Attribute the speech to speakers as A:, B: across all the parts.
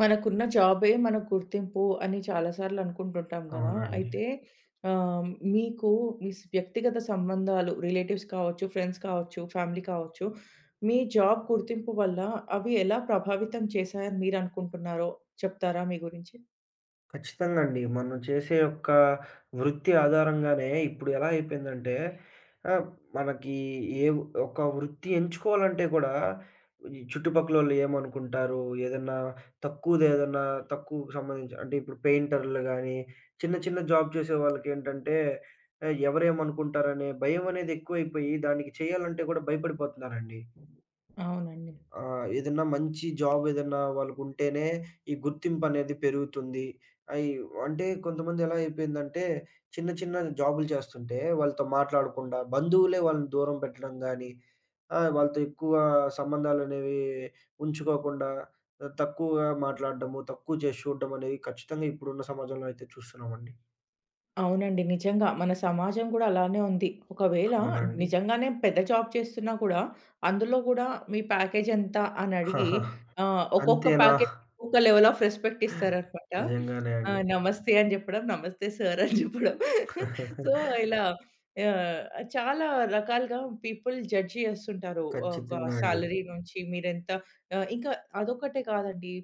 A: మనకున్న జాబే మన గుర్తింపు అని చాలా సార్లు అనుకుంటుంటాం కదా!
B: అవునండి.
A: అయితే ఆహ్, మీకు మీ స్ వ్యక్తిగత సంబంధాలు రిలేటివ్స్ కావచ్చు, ఫ్రెండ్స్ కావచ్చు, ఫ్యామిలీ కావచ్చు, మీ జాబ్ గుర్తింపు వల్ల అవి ఎలా ప్రభావితం చేశాయని మీరనుకుంటున్నారో చెప్తారా మీ గురించి?
B: ఖచ్చితంగా అండి. మనం చేసే యొక్క వృత్తి ఆధారంగానే ఇప్పుడు ఎలా అయిపోయిందంటే ఆహ్, మనకి ఏ ఒక వృత్తి ఎంచుకోవాలంటే కూడా ఈ చుట్టుపక్కలోళ్ళు ఏమనుకుంటారు? ఏదన్నా తక్కువదేదన్నా తక్కువకు సంబంధించి అంటే ఇప్పుడు పెయింటర్లు గాని, చిన్న చిన్న జాబ్ చేసే వాళ్ళకేంటంటే ఎవరేమనుకుంటారనే భయం అనేది ఎక్కువైపోయి దానికి చేయాలంటే కూడా భయపడిపోతున్నారండి.
A: అవునండి.
B: ఆ! ఏదన్నా మంచి జాబ్ ఏదన్నా వాళ్ళకుంటేనే ఈ గుర్తింపనేది పెరుగుతుంది. అయి అంటే కొంతమంది ఎలా అయిపోయిందంటే చిన్న చిన్న జాబులు చేస్తుంటే వాళ్ళతో మాట్లాడకుండా బంధువులే వాళ్ళని దూరం పెట్టడం గానీ, వాళ్ళతో ఎక్కువ సంబంధాలనేవి ఉంచుకోకుండా తక్కువగా మాట్లాడడము, తక్కువ చేసి చూడడం అనేది ఖచ్చితంగా ఇప్పుడున్న సమాజంలో అయితే చూస్తున్నామండి.
A: అవునండి, నిజంగా. మన సమాజం గూడా అలానే ఉంది. ఒకవేళ
B: అవునండి.
A: నిజంగానే పెద్ద జాబ్ చేస్తున్నా కూడా, అందులో గూడా మీ ప్యాకేజ్ ఎంత అని అడిగి
B: హాహా.
A: ఒక్కొక్క
B: అంతేనా?
A: ప్యాకేజ్ ఒక్కొక్క లెవెల్ ఆఫ్ రెస్పెక్ట్ ఇస్తారనమాట.
B: నిజంగానే
A: ఆ!
B: అండి.
A: నమస్తే అని జెప్పడం, నమస్తే సార్ అని జెప్పడం. సో, ఇలా ఆహ్, చాలా రకాలుగా పీపుల్ జడ్జ్ జేస్తుంటారు. ఒక
B: ఖచ్చితంగా అండి.
A: సాలరీ నుంచి మీరెంత ఆహ్, ఇంకా అదొక్కటే కాదండి.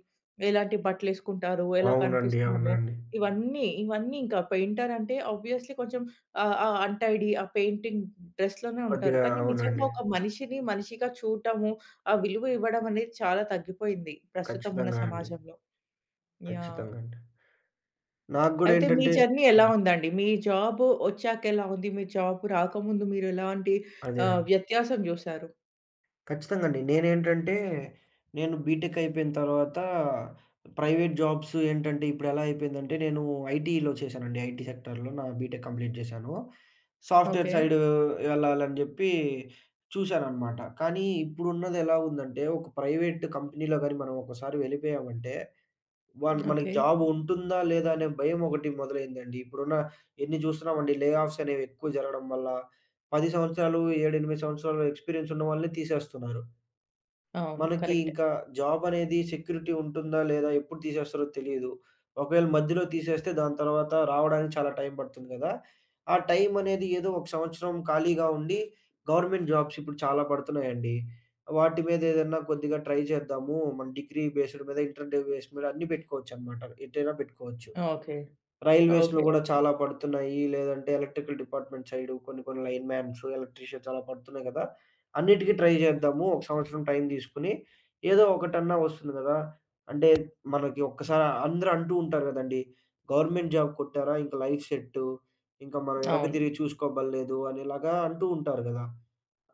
A: ఎలాంటి బట్టలేసుకుంటారు, ఎలా
B: అవునండి.
A: కనిపిస్తున్నారు.
B: అవునండి.
A: ఇవన్నీ ఇంకా పెయింటర్ అంటే ఆబ్వియస్‌లీ కొంచెం ఆహ్, ఆహ్, అన్‌టైడీ ఆ పెయింటింగ్ డ్రెస్‌లోనే ఉంటారు.
B: కొద్దిగా
A: కానీ నిజంగా
B: అవునండి.
A: ఒక మనిషిని మనిషిగా చూడటము, ఆ విలువ ఇవ్వడం అనేది చాలా తగ్గిపోయింది ప్రస్తుతం ఉన్న
B: ఖచ్చితంగా అండి.
A: సమాజంలో. యాహ్!
B: ఖచ్చితంగా అండి. నాకు గూడా
A: అయితే మీ
B: ఏంటంటే
A: జర్నీ ఎలా
B: హ్మ్.
A: ఉందండి? మీ జాబు వచ్చాక ఎలా ఉంది? మీ జాబ్ రాకముందు మీరు ఎలాంటి
B: అదే.
A: వ్యత్యాసం జూసారు?
B: ఖచ్చితంగా అండి. నేనేంటంటే, నేను బీటెక్ అయిపోయిన తర్వాత ప్రైవేట్ జాబ్స్ ఏంటంటే ఇప్పుడెలా అయిపోయిందంటే, నేను ఐటీలో చేశానండి. ఐటీ సెక్టార్‌లో నా బీటెక్ కంప్లీట్ చేశాను. Software
A: okay.
B: సైడ్ వెళ్ళాలని జెప్పి చూశాననమాట. కానీ ఇప్పుడున్నదెలా ఉందంటే, ఒక ప్రైవేట్ కంపెనీలో గాని మనం ఒకసారి వెళ్ళిపోయామంటే వన్ మనకి
A: ఓకే.
B: జాబ్ ఉంటుందా లేదా అనే భయం ఒకటి మొదలైందండి. ఇప్పుడున్న ఎన్ని చూస్తున్నామండి లే ఆఫ్స్ అనేవి ఎక్కువ జరగడం వల్ల 10 సంవత్సరాలు, 7, 8 సంవత్సరాలు ఎక్స్‌పీరియన్స్ ఉన్న వాళ్ళని తీసేస్తున్నారు.
A: అవును,
B: మనకి
A: కరెక్టే.
B: ఇంకా జాబ్ అనేది సెక్యూరిటీ ఉంటుందా? లేదా? ఎప్పుడు తీసేస్తారో తెలీదు. ఒకవేళ మధ్యలో తీసేస్తే దాని తర్వాత రావడానికి చాలా టైం పడుతుంది గదా! ఆ టైం అనేది ఏదో ఒక సంవత్సరం ఖాళీగా ఉండి గవర్నమెంట్ జాబ్స్ ఇప్పుడు చాలా పడుతున్నాయండి. వాటి మీద ఏదన్నా కొద్దిగా ట్రై చేద్దాము. మన డిగ్రీ బేస్డ్ మీద ఇంటర్ బేస్ మీద అన్నీ పెట్టుకోవచ్చనమాట. ఎటైనా పెట్టుకోవచ్చు.
A: ఓకే.
B: రైల్వేస్‌లో
A: ఓకే.
B: గూడా
A: ఓకే.
B: చాలా పడుతున్నాయి. లేదంటే ఎలక్ట్రికల్ డిపార్ట్‌మెంట్ సైడు కొన్ని కొన్ని లైన్ మ్యాన్స్, ఎలక్ట్రీషియన్స్ అలా పడుతున్నాయి గదా! అన్నిటికి ట్రై జేద్దాము. ఒక సంవత్సరం టైం దీసుకొని. ఏదో ఒకటన్నా వస్తుంది గదా! అంటే మనకి ఒక్కసారి అందరూ అంటూ ఉంటారు గదండీ! గవర్నమెంట్ జాబ్ కొట్టారా ఇంక లైఫ్ సెట్టు. ఇంక మనం వెనక్కి
A: అవును.
B: తిరిగి చూసుకోబల్లేదు అనేలాగా అంటూ ఉంటారు గదా!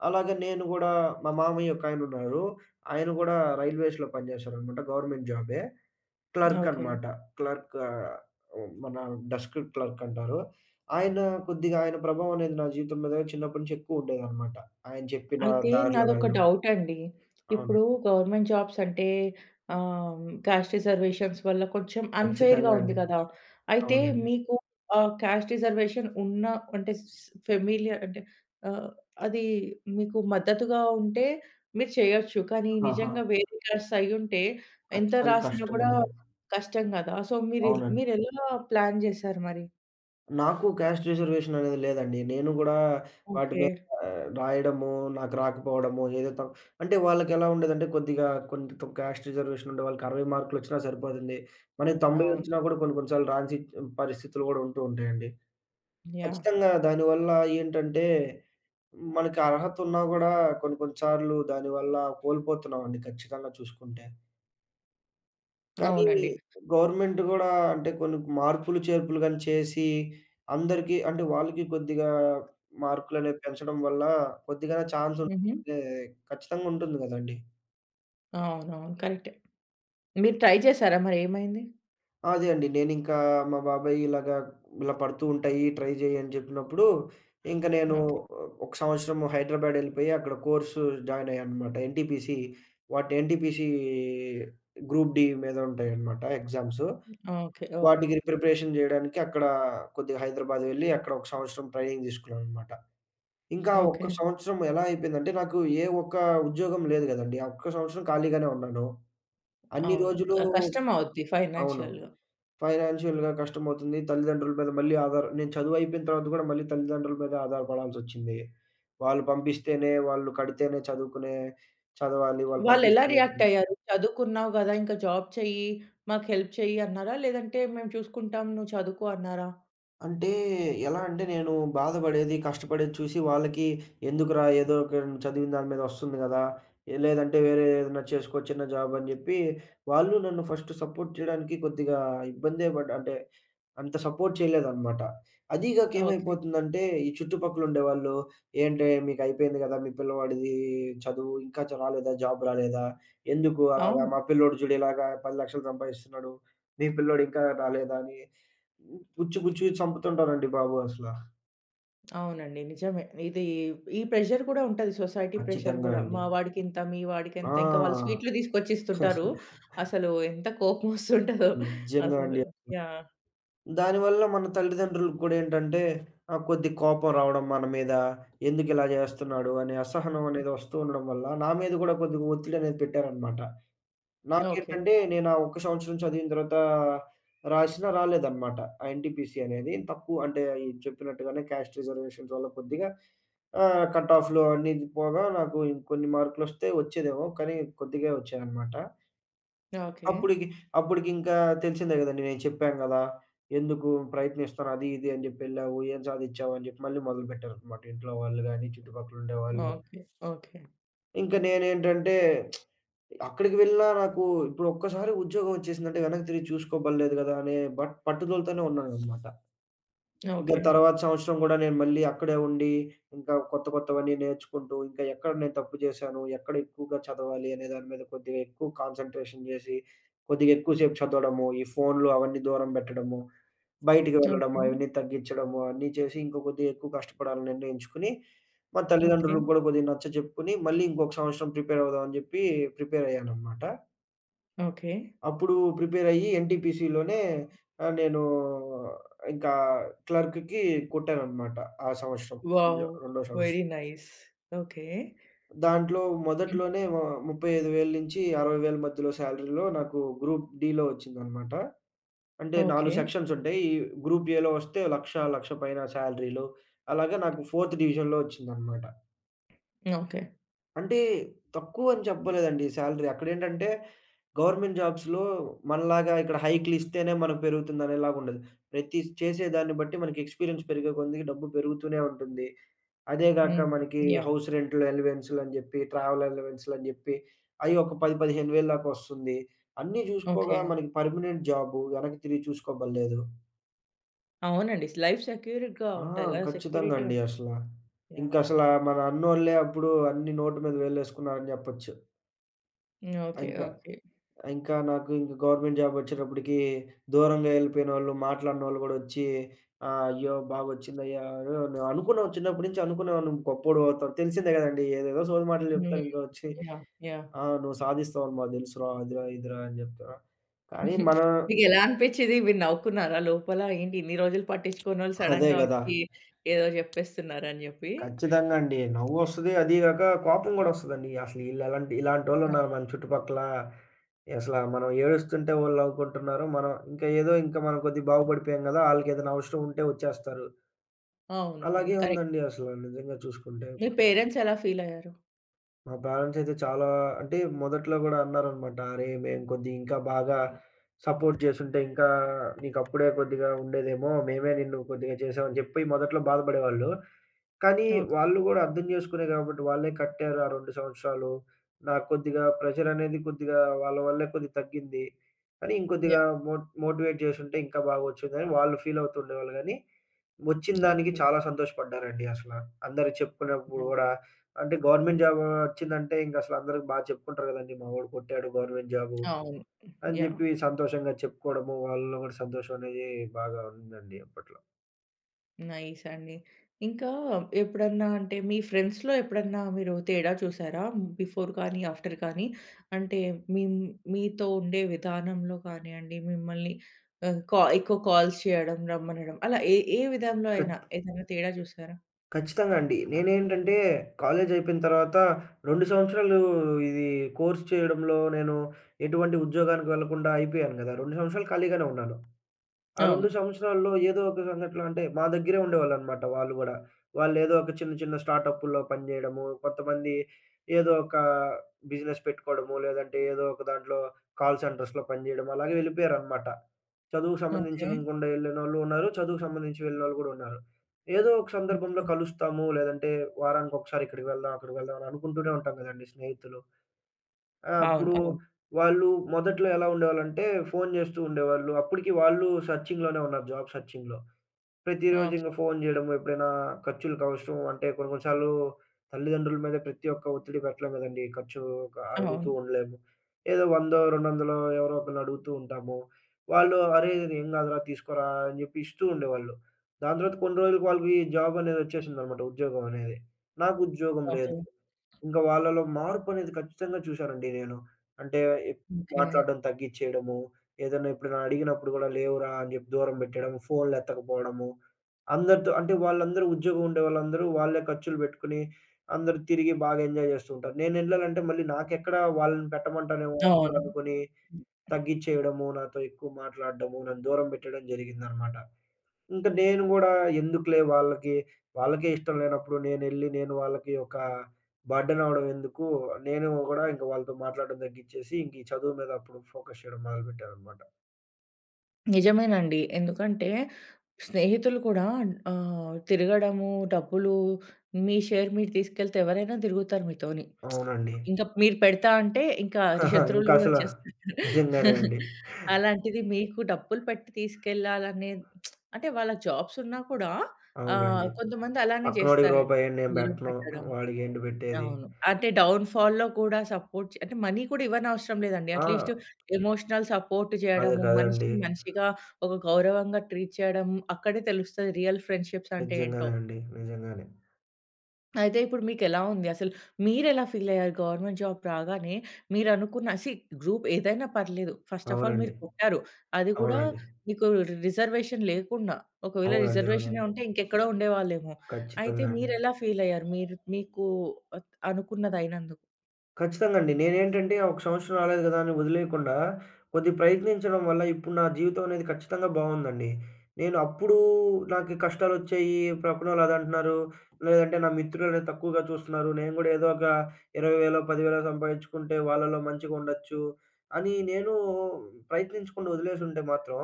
B: అలాగే నేను గూడా మా మామయ్య ఒకాయనున్నారు. ఆయన గూడా రైల్వేస్‌లో పని జేస్తారనమాట. గవర్నమెంట్ జాబే. Clerk
A: okay.
B: అనమాట. క్లర్క్ ఆహ్, మన డెస్క్ క్లర్క్ అంటారు. ఆయన కొద్దిగా ఆయన ప్రభావం అనేది నా జీవితం మీద చిన్నప్పటి నుంచి ఎక్కువ ఉండేదనమాట. ఆయన చెప్పిన
A: అయితే
B: దారిలో
A: నాదొక
B: వెళ్ళడం.
A: డౌటండి.
B: అవును.
A: ఇప్పుడు గవర్నమెంట్ జాబ్స్ అంటే క్యాస్ట్ రిజర్వేషన్స్ వల్ల కొంచెం అన్‌ఫెయిర్‌గా
B: ఖచ్చితంగా
A: ఉంది
B: అండి.
A: కదా! అయితే
B: అవునండి.
A: మీకు క్యాస్ట్ రిజర్వేషన్ ఉన్న అంటే స్ ఫెమిలియర్ అంటే ఆహ్, అది మీకు మద్దతుగా ఉంటే మీరు చేయొచ్చు. కానీ
B: ఆహా!
A: నిజంగా వేరే క్యాస్ట్ అయ్యుంటే ఎంత
B: ఖచ్చితంగా
A: రాసినా కూడా
B: కష్టమండి.
A: కష్టం కదా! సో,
B: అవునండి.
A: మీరెలా ప్లాన్ చేశారు మరి?
B: నాకు క్యాస్ట్ రిజర్వేషన్ అనేది లేదండి. నేను గూడా వాటి
A: ఓకే.
B: మీద రాయడము, నాకు రాకపోవడము ఏదో అంటే వాళ్ళకెలా ఉండేదంటే కొద్దిగా కొంత క్యాస్ట్ రిజర్వేషన్ ఉండే వాళ్ళకి 60 మార్కులొచ్చినా సరిపోతుంది. మనకి 90
A: అవును.
B: వచ్చినా కూడా కొన్ని కొన్ని సార్లు రాని పరిస్థితులు గూడా ఉంటూ ఉంటాయండి.
A: యాహ్!
B: ఖచ్చితంగా దానివల్ల ఏంటంటే మనకి అర్హత ఉన్నా గూడా కొన్ని కొన్ని సార్లు దానివల్ల కోల్పోతున్నామండి ఖచ్చితంగా చూసుకుంటే. కానీ
A: అవునండి.
B: గవర్నమెంట్ గూడా అంటే కొన్ని మార్పులు, చేర్పులు గాని చేసి అందరికీ అంటే వాళ్ళకి కొద్దిగా మార్కులనేవి పెంచడం వల్ల కొద్దిగా ఛాన్స్
A: హుహు.
B: ఉంటే ఖచ్చితంగా ఉంటుంది గదండీ!
A: అవునవును, కరెక్టే. మీరు ట్రై చేసారా మరేమైంది?
B: అదే అండి. నేనింకా మా బాబాయ్ ఇలాగా ఇలా పడుతూ ఉంటాయి ట్రై జెయి అని చెప్పినప్పుడు, ఇంక నేను
A: ఓకే.
B: ఒక సంవత్సరం హైదరాబాద్ ఎళ్ళిపోయి అక్కడ కోర్సు జాయిన్ అయ్యాననమాట. ఎన్‌టీపీసీ గ్రూప్ డి మీద ఉంటాయన్నమాట ఎగ్జామ్స్.
A: ఓకే. ఓకే.
B: వాటికి ప్రిపరేషన్ జేయడానికి అక్కడ కొద్దిగా హైదరాబాద్ వెళ్లి అక్కడ ఒక సంవత్సరం ట్రైనింగ్ తీసుకున్నాననమాట. ఇంకా ఆ ఒక్క
A: ఓకే.
B: సంవత్సరం ఎలా అయిపోయిందంటే నాకు ఏ ఒక్క ఉద్యోగం లేదు గదండీ! ఆ ఒక్క సంవత్సరం ఖాళీగానే ఉన్నాను. అన్ని
A: అవును.
B: రోజులు
A: కష్టం అవుద్ది
B: అవును.
A: ఫైనాన్షియల్‌గా.
B: ఫైనాన్షియల్‌గా కష్టమవుతుంది. తల్లిదండ్రుల మీద మళ్ళీ ఆధార నేను చదువయిపోయిన తర్వాత గూడా మళ్ళీ తల్లిదండ్రుల మీద ఆధారపడాల్సొచ్చింది. వాళ్ళు పంపిస్తేనే, వాళ్ళు కడితేనే చదువుకునే చదవాలి. వాళ్ళు
A: వాళ్ళెలా
B: పంపిస్తేనే
A: రియాక్ట్ అయ్యారు? చదువుకున్నావు గదా! ఇంకా జాబ్ చెయ్యి, మాకు హెల్ప్ చెయ్యి అన్నారా? లేదంటే మేము చూసుకుంటాం, నువ్వు చదువుకో అన్నారా?
B: అంటే ఎలా అంటే నేను బాధపడేది, కష్టపడేది చూసి వాళ్ళకి ఎందుకురా ఏదో ఒక చదివిన దాని మీద వస్తుంది గదా! ఏ లేదంటే వేరే ఏదైనా చేసుకో చిన్న జాబ్ అని జెప్పి, వాళ్ళు నన్ను ఫస్ట్ సపోర్ట్ చేయడానికి కొద్దిగా ఇబ్బందే పడ్డ అంటే అంత సపోర్ట్ చేయలేదన్నమాట. అదీ గాక
A: ఓకే.
B: ఏమైపోతుందంటే ఈ చుట్టుపక్కల ఉండేవాళ్ళు "ఏంటే మీకయిపోయింది గదా! మీ పిల్లవాడిది చదువు ఇంకా రాలేదా? జాబ్ రాలేదా? ఎందుకు అలాగా?
A: అవును.
B: మా పిల్లోడు చూడు ఇలాగా 10,00,000 సంపాదిస్తున్నాడు. మీ పిల్లోడు ఇంకా రాలేదా?" అని గుచ్చి గుచ్చి చంపుతుంటారండి బాబు అసల.
A: అవునండి, నిజమే. ఈ ప్రెషర్ కూడా ఉంటది. సొసైటీ ప్రెషర్
B: ఖచ్చితంగా
A: గూడా.
B: అండి.
A: మా వాడికింత, మీ వాడికింత ఇంకా వాళ్ళు
B: ఆ!
A: స్వీట్లు తీసుకొచ్చిస్తుంటారు. అసలు ఎంత కోపమొస్తుంటదో
B: నిజంగా
A: అసలు.
B: అండి.
A: యాహ్!
B: దానివల్ల మన తల్లిదండ్రులకు కూడా ఏంటంటే కొద్ది కోపం రావడం మన మీద. ఎందుకిలా జేస్తున్నాడు అనే అసహనం అనేది వస్తూ ఉండడం వల్ల నా మీద గూడా కొద్దిగా ఒత్తిడనేది పెట్టారనమాట.
A: ఓకే.
B: నాకేంటంటే నేను ఆ ఒక్క సంవత్సరం చదివిన తర్వాత రాసినా రాలేదనమాట. ఆ ఎన్‌టిపిసి అనేది తక్కువ అంటే ఈ చెప్పినట్టుగానే క్యాస్ట్ రిజర్వేషన్స్ వల్ల కొద్దిగా కట్ ఆఫ్‌లు అన్నీ ఇది పోగా నాకు ఇంకొన్ని మార్కులొస్తే వచ్చేదేమో కానీ కొద్దిగే వచ్చాయనమాట.
A: ఓకే.
B: అప్పుడికి అప్పుడికింకా తెలిసిందే గదండీ! నేను చెప్పాను గదా! ఎందుకు ప్రయత్నిస్తాను అది ఇది అని జెప్పి ఎళ్ళావు. ఏం సాధిచ్చావు అని జెప్పి మళ్ళీ మొదలుపెట్టారనమాట ఇంట్లో వాళ్ళు గాని, చుట్టుపక్కల ఉండేవాళ్ళు.
A: ఓకే. ఓకే.
B: ఇంక నేనేంటంటే అక్కడికి వెళ్ళినా నాకు ఇప్పుడు ఒక్కసారి ఉద్యోగం వచ్చేసిందంటే వెనక్కి తిరిగి చూసుకోబల్లేదు గదా! అనే బట్ పట్టుదలతోనే ఉన్నాననమాట. ఇంకా
A: ఓకే.
B: తర్వాత సంవత్సరం గూడా నేను మళ్ళీ అక్కడే ఉండి, ఇంకా కొత్త కొత్తవన్నీ నేర్చుకుంటూ, ఇంకా ఎక్కడ నేను తప్పు జేశాను, ఎక్కడ ఎక్కువగా చదవాలి అనే దాని మీద కొద్దిగా ఎక్కువ కాన్సంట్రేషన్ జేసి, కొద్దిగా ఎక్కువ సేపు చదవడము, ఈ ఫోన్‌లు అవన్నీ దూరం బెట్టడము, బయటికి వెళ్ళడము
A: ఓకే.
B: అవన్నీ తగ్గించడము అన్నీ చేసి ఇంకా కొద్దిగా ఎక్కువ కష్టపడాలని నిర్ణయించుకుని, మా
A: ఓకే.
B: తల్లిదండ్రులకు గూడా కొద్దిగా నచ్చజెప్పుకొని, మళ్ళీ ఇంకొక సంవత్సరం ప్రిపేర్ అవుదాం అని జెప్పి ప్రిపేర్ అయ్యాననమాట.
A: ఓకే.
B: అప్పుడు ప్రిపేరయ్యి ఎన్‌టీపీసీలోనే నేను ఇంకా క్లర్క్‌కి కొట్టాననమాట ఆ సంవత్సరం. రెండో
A: వావ్!
B: రెండో
A: వెరీ
B: సంవత్సరం.
A: నైస్. ఓకే.
B: దాంట్లో మొదట్లోనే 35,000-60,000 మధ్యలో శాలరీలో నాకు గ్రూప్ డీలో వచ్చిందనమాట. అంటే 4
A: ఓకే.
B: సెక్షన్స్ ఉంటాయి. ఈ గ్రూప్ ఏలో వస్తే 1,00,000, 1,00,000 పైన శాలరీలు. అలాగా నాకు ఫోర్త్ డివిజన్‌లో వచ్చిందనమాట.
A: ఓకే.
B: అంటే తక్కువని చెప్పలేదండి సాలరీ. అక్కడేంటంటే గవర్నమెంట్ జాబ్స్‌లో మనలాగా ఇక్కడ హైక్‌లిస్తేనే మనకు పెరుగుతుందనేలాగుండదు. ప్రతి చేసే దాన్ని బట్టి మనకి ఎక్స్‌పీరియన్స్ పెరిగే కొద్దీ డబ్బు పెరుగుతూనే ఉంటుంది. అదే గాక
A: హ్మ్.
B: మనకి
A: యాహ్!
B: హౌస్ రెంట్‌లు అలవెన్స్‌లని జెప్పి, ట్రావెల్ అలవెన్స్‌లని జెప్పి అయి ఒక 10, 15,000 దాకా వస్తుంది. అన్నీ జూసుకోగా
A: ఓకే.
B: మనకి పర్మనెంట్ జాబు వెనక్కి తిరిగి చూసుకోబల్లేదు.
A: అవునండి. లైఫ్ సెక్యూర్‌గా
B: ఆ!
A: ఉంటది కదా!
B: ఖచ్చితంగా
A: సెక్యూరిటీ
B: అండి
A: ఉంటది.
B: అసల.
A: యాహ్!
B: ఇంకసల మన అన్నోళ్ళే అప్పుడు అన్ని నోటి మీద వేలేసుకున్నారని జెప్పొచ్చు.
A: ఓకే.
B: ఇంక
A: ఓకే.
B: ఇంకా నాకు ఇంక గవర్నమెంట్ జాబ్ వచ్చేటప్పటికి దూరంగా వెళ్ళిపోయినోళ్ళు, మాట్లాడనోళ్ళు గూడా వచ్చి "అయ్యో! బాగొచ్చిందయ్యా" అని నేను అనుకున్నాను. చిన్నప్పటి నుంచి అనుకునేవాడిని నువ్వు గొప్పోడివి అవుతావు. తెలిసిందే గదండీ! ఏదేదో సోది మాటలు
A: హ్మ్.
B: జెప్తారు ఇంకా వచ్చి.
A: యాహ్! యాహ్!
B: "ఆ! నువ్వు సాధిస్తావని మాకు తెలుసురా అదిరా, ఇదిరా" అని జెప్తారు. కానీ మనం
A: మీకెలా అనిపిచ్చింది? మీరు నవ్వుకున్నారా లోపల? ఏంటి ఇన్ని రోజులు పట్టించుకోనోళ్ళు
B: అదే
A: సడెన్‌గా
B: గదా!
A: వచ్చి ఏదో జెప్పేస్తున్నారని జెప్పి?
B: ఖచ్చితంగా అండి. నవ్వొస్తది. అదీ గాక కోపం గూడా ఒస్తదండి. అసలు ఈళ్ళెలాంటి
A: అవును.
B: ఇలాంటోళ్ళున్నారు మన చుట్టుపక్కల. అసల మనం ఏడుస్తుంటే వోళ్ళనుకుంటున్నారు. మనం ఇంకా ఏదో ఇంకా మనం కొద్దిగా బాగుపడిపోయాం గదా! ఆళ్ళకేదైనా అవసరం ఉంటే ఒచ్చేస్తారు.
A: అవునవును,
B: అలాగే
A: కరెక్టే.
B: ఉందండి అసల నిజంగా చూసుకుంటే.
A: మీ పేరెంట్స్ ఎలా ఫీల్ అయ్యారు?
B: మా పేరెంట్స్ అయితే చాలా అంటే మొదట్లో గూడా అన్నారనమాట. "అరేయ్! మేము కొద్దిగా ఇంకా బాగా సపోర్ట్ చేసుంటే ఇంకా నీకప్పుడే కొద్దిగా ఉండేదేమో. మేమే నిన్ను కొద్దిగా చేసాం" అని చెప్పి మొదట్లో బాధపడేవాళ్ళు. కానీ
A: ఓకే.
B: వాళ్ళు గూడా అర్థం జేసుకునే గాబట్టి వాళ్ళే కట్టారు ఆ 2 సంవత్సరాలు. నాకు కొద్దిగా ప్రెషరనేది కొద్దిగా వాళ్ళ వల్లే కొద్దిగా తగ్గింది. కానీ ఇంకొద్దిగా
A: యాహ్!
B: మోటివేట్ చేసుంటే ఇంకా బాగొచ్చుద్దని వాళ్ళు ఫీల్ అవుతూ ఉండేవాళ్ళు గానీ, వచ్చిన దానికి
A: ఓకే.
B: చాలా సంతోషపడ్డారండి అసల. అందరూ చెప్పుకున్నప్పుడు
A: యాహ్!
B: గూడా అంటే గవర్నమెంట్ జాబ్ వచ్చిందంటే ఇంక అసలు అందరూ చెప్పుకుంటారు గదండీ! మా వోడు కొట్టాడు గవర్నమెంట్ జాబు
A: అవును.
B: అని
A: యాహ్!
B: జెప్పి సంతోషంగా చెప్పుకోవడము, వాళ్ళలో గూడా సంతోషం అనేది బాగా ఉందండి అప్పట్లో.
A: నైస్ అండి. ఇంకా ఎప్పుడన్నా అంటే మీ ఫ్రెండ్స్‌లో ఎప్పుడన్నా మీరు తేడా చూసారా? బిఫోర్ కానీ, ఆఫ్టర్ కానీ అంటే మీ మీతో ఉండే విధానంలో కానియండి, మిమ్మల్ని ఆహ్, కా ఎక్కువ కాల్స్ చేయడం, రమ్మనడం అలా ఏ ఏ విధంలో అయినా ఏదైనా తేడా చూసారా?
B: ఖచ్చితంగా అండి. నేనేంటంటే కాలేజ్ అయిపోయిన తర్వాత 2 సంవత్సరాలు ఇది కోర్స్ చేయడంలో నేను ఎటువంటి ఉద్యోగానికి వెళ్ళకుండా అయిపోయాను గదా! 2 సంవత్సరాలు ఖాళీగానే ఉన్నాను. ఆ 2
A: అవును.
B: సంవత్సరాల్లో ఏదో ఒక సంఘటన అంటే మా దగ్గరే ఉండేవాళ్ళనమాట వాళ్ళు గూడా. వాళ్ళేదో ఒక చిన్న చిన్న స్టార్టప్పుల్లో పని జేయడము, కొంతమంది ఏదో ఒక బిజినెస్ పెట్టుకోవడము, లేదంటే ఏదో ఒక దాంట్లో కాల్ సెంటర్స్‌లో పని జేయడం అలాగే వెళ్ళిపోయారనమాట. చదువుకు
A: ఓకే.
B: సంబంధించకుండా యెళ్ళినోళ్ళు ఉన్నారు. చదువుకు సంబంధించి వెళ్ళినోళ్ళు గూడా ఉన్నారు. ఏదో ఒక సందర్భంలో
A: ఓకే.
B: కలుస్తాము, లేదంటే వారానికొకసారి ఇక్కడికి వెళ్దాం, అక్కడికి వెళ్దాం అని అనుకుంటూనే ఉంటాం గదండీ స్నేహితులు. ఆ!
A: అవును.
B: అప్పుడు
A: అవును.
B: వాళ్ళు మొదట్లో ఎలా ఉండేవాళ్ళంటే, ఫోను జేస్తూ ఉండేవాళ్ళు. అప్పటికి వాళ్ళు సెర్చింగ్‌లోనే ఉన్నారు. జాబ్ సెర్చింగ్‌లో. ప్రతిరోజు
A: ఓకే.
B: ఇంక ఫోను జేయడము, ఎప్పుడైనా ఖర్చులకి అవసరం అంటే కొన్ని కొన్ని సార్లు తల్లిదండ్రుల మీద ప్రతి ఒక్క ఒత్తిడి పెట్టలేం గదండీ! ఖర్చు అడుగుతూ
A: అవును.
B: ఉండలేము. ఏదో 100, 200 ఎవరో ఒకళ్ళని అడుగుతూ ఉంటాము. వాళ్ళు "అరేయ్! ఏం గాదురా తీసుకోరా" అని జెప్పి ఇస్తూ ఉండేవాళ్ళు. దాని తర్వాత కొన్ని రోజులకి వాళ్ళకి జాబ్ అనేది ఒచ్చేసిందనమాట. ఉద్యోగం అనేది. నాకు ఉద్యోగం లేదు.
A: ఓకే.
B: ఇంక వాళ్ళలో మార్పనేది ఖచ్చితంగా చూశానండి నేను. అంటే ఎప్
A: ఓకే.
B: మాట్లాడడం తగ్గిచ్చేయడము, ఏదైనా ఎప్పుడైనా అడిగినప్పుడు గూడా లేవురా! అని జెప్పి దూరం బెట్టేయడం, ఫోన్‌లెత్తకపోవడము. అందరితో అంటే వాళ్ళందరూ ఉద్యోగం ఉండే వాళ్ళందరూ వాళ్ళే ఖర్చులు బెట్టుకొని, అందరూ తిరిగి బాగా ఎంజాయ్ జేస్తూంటారు. నేనెళ్ళాలంటే మళ్ళీ నాకెక్కడ వాళ్ళని పెట్టమంటానేమో అని గూడా
A: అవును.
B: అనుకోని, తగ్గిచ్చేయడము, నాతో ఎక్కువ మాట్లాడడము, నన్ను దూరం బెట్టడం జరిగిందనమాట. ఇంక నేను గూడా ఎందుకులే వాళ్ళకి, వాళ్ళకే ఇష్టం లేనప్పుడు నేనెళ్లి నేను వాళ్ళకి ఒక బర్డెన్ అవ్వడం ఎందుకు, నేను గూడా ఇంక వాళ్ళతో మాట్లాడడం తగ్గిచ్చేసి, ఇంక ఈ చదువు మీద అప్పుడు ఫోకస్ చేయడం మొదలుపెట్టాననమాట.
A: నిజమేనండి. ఎందుకంటే స్నేహితులు కూడా తిరగడము, డబ్బులు మీ షేర్ మీరు తీసుకెళ్తే ఎవరైనా తిరుగుతారు మీతోని.
B: అవునండి.
A: ఇంకా మీరు పెడతా అంటే ఇంకా శత్రువులు గూడా
B: ఇంకసల
A: వచ్చేస్తారు.
B: నిజంగానే అండి.
A: అలాంటిది మీకు డబ్బులు పెట్టి తీసుకెళ్ళాలనే అంటే వాళ్ళకి జాబ్స్ ఉన్నా కూడా
B: అవునండి.
A: కొంతమంది అలానే
B: పక్కనోడికి
A: చేస్తారండి.
B: రూపాయేంటి నేను
A: దూరం
B: బెట్టను.
A: పెట్టడం.
B: వాడికేంటి బెట్టేది.
A: అవును. అంటే డౌన్‌ఫాల్‌లో కూడా సపోర్ట్ చే అంటే మనీ కూడా ఇవ్వనవసరం లేదండి.
B: ఆ!
A: అట్‌లీస్ట్ ఎమోషనల్ సపోర్ట్
B: అదే
A: చేయడము,
B: కదండీ.
A: మనిషిని మనిషిగా ఒక గౌరవంగా ట్రీట్ చేయడం అక్కడే తెలుస్తది రియల్ ఫ్రెండ్‌షిప్స్ అంటే ఏంటో.
B: నిజంగానే అండి. నిజంగానే.
A: అయితే ఇప్పుడు మీకెలా ఉంది? అసలు మీరెలా ఫీల్ అయ్యారు గవర్నమెంట్ జాబ్ రాగానే? మీరనుకున్న సీ గ్రూప్ ఏదైనా పర్లేదు. ఫస్ట్ ఆఫ్ ఆల్
B: అవునండి.
A: మీరు కొట్టారు. అది కూడా
B: అవునండి.
A: మీకు రిజర్వేషన్ లేకుండా. ఒకవేళ
B: అవునండి.
A: రిజర్వేషనే
B: అవునండి.
A: ఉంటే ఇంకెక్కడో ఉండేవాళ్ళేమో. అయితే
B: ఖచ్చితంగా అండి.
A: మీరెలా ఫీల్ అయ్యారు? మీరు మీకు అత్ అనుకున్నదయినందుకు?
B: ఖచ్చితంగా అండి. నేనేంటంటే ఒక సంవత్సరం రాలేదు గదా! అని వదిలేయకుండా కొద్దిగా ప్రయత్నించడం వల్ల ఇప్పుడు నా జీవితం అనేది ఖచ్చితంగా బావుందండి. నేను అప్పుడు నాకు కష్టాలొచ్చాయి. పక్కనోళ్ళు అదంటున్నారు. లేదంటే నా మిత్రులనేది తక్కువగా చూస్తున్నారు. నేను గూడా ఏదో ఒక 20,000, 10,000 సంపాదించుకుంటే వాళ్ళలో మంచిగుండొచ్చు అని నేను ప్రయత్నించకుండా వదిలేసుంటే మాత్రం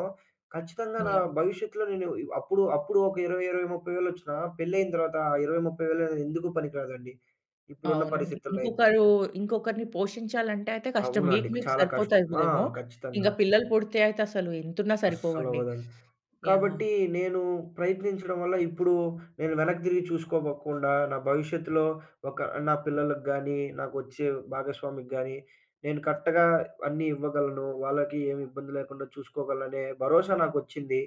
B: ఖచ్చితంగా నా భవిష్యత్తులో నేను అప్పుడు అప్పుడు ఒక 20, 30,000 వచ్చినా పెళ్లయిన తర్వాత ఆ 20, 30,000 ఎందుకు పనికిరాదండి. ఇప్పుడున్న
A: అవునండి.
B: పరిస్థితుల్లో అయితే.
A: ఇంకొకరిని పోషించాలంటే అయితే కష్టం.
B: అవునండి.
A: మీకు మీకు
B: చాలా కష్టం. ఆ!
A: సరిపోతదేమో. ఇంక
B: ఖచ్చితంగా.
A: పిల్లలు పుడితే అయితే అసలు ఎంతున్నా సరిపోవండి.
B: అస్సలవ్వదండి.
A: యాహ్!
B: కాబట్టి నేను ప్రయత్నించడం వల్ల ఇప్పుడు నేను వెనక్కి తిరిగి చూసుకోబోకుండా నా భవిష్యత్తులో ఒక నా పిల్లలకి గానీ, నాకొచ్చే భాగస్వామికి గానీ, నేను కరెక్ట్‌గా అన్నీ ఇవ్వగలను. వాళ్ళకి ఏమి ఇబ్బంది లేకుండా చూసుకోగలననే భరోసా నాకొచ్చింది.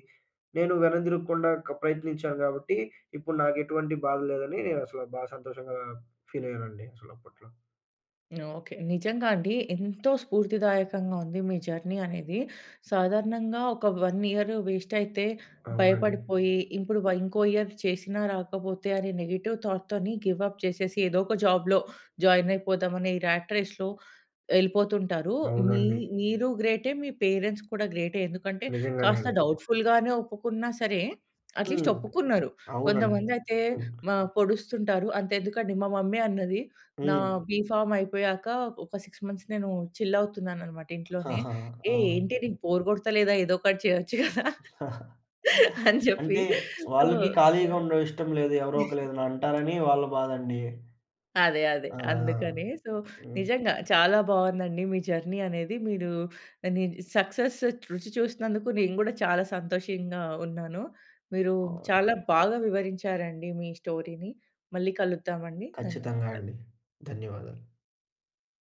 B: నేను వెనదిరగకుండా ప్రయత్నించాను గాబట్టి, ఇప్పుడు నాకెటువంటి బాధ లేదని నేనసల సంతోషంగా ఫీలయ్యానండి అసలప్పట్లో.
A: ఓకే. నిజంగా అండి, ఎంతో స్ఫూర్తిదాయకంగా ఉంది మీ జర్నీ అనేది. సాధారణంగా ఒక one ఇయర్ వేస్ట్ అయితే
B: అవునండి.
A: భయపడిపోయి, ఇప్పుడు ఇంకో ఇయర్ చేసినా రాకపోతే అనే నెగెటివ్ థాట్‌తోని గివ్ అప్ చేసేసి ఏదో ఒక జాబ్‌లో జాయిన్ అయిపోదామని ఈ ర్యాట్ రేస్‌లో ఎళ్ళిపోతుంటారు. మీ
B: అవునండి.
A: మీరు గ్రేటే, మీ పేరెంట్స్ కూడా గ్రేటే. ఎందుకంటే
B: నిజంగానే
A: కాస్త
B: అండి.
A: డౌట్‌ఫుల్‌గానే ఒప్పుకున్నా సరే, అట్‌లీస్ట్
B: హ్మ్.
A: ఒప్పుకున్నారు.
B: అవునండి.
A: కొంతమందైతే
B: హ్మ్.
A: మ పొడుస్తుంటారు. అంతెందుకండి మా మమ్మీ అన్నది నా
B: హ్మ్.
A: బీఫార్మ్ అయిపోయాక ఒక 6 మంత్స్ నేను చిల్ అవుతున్నాననమాట ఇంట్లోనే.
B: ఆహా! ఆ!
A: ఏంటి నీకు బోర్ కొడతలేదా? ఏదో ఒకటి చేయొచ్చు కదా!" అని చెప్పి.
B: అంటే
A: సో
B: వాళ్ళకి ఖాళీగా
A: యాహ్!
B: ఉండడం ఇష్టం లేదు. ఎవరో ఒకళ్ళు ఏదైనా అంటారని వాళ్ళ బాధండి.
A: అదే. అదే.
B: ఆ!
A: అందుకనే. సో,
B: హ్మ్.
A: నిజంగా చాలా బావుందండి మీ జర్నీ అనేది. మీరు ని సక్సెస్ రుచి చూసినందుకు నేను గూడా చాలా సంతోషంగా ఉన్నాను. మీరు
B: అవును.
A: చాలా బాగా వివరించారండి మీ స్టోరీని. మళ్ళీ కలుద్దామండి.
B: ఖచ్చితంగా
A: ధన్యవాదాలు.
B: అండి. ధన్యవాదాలు.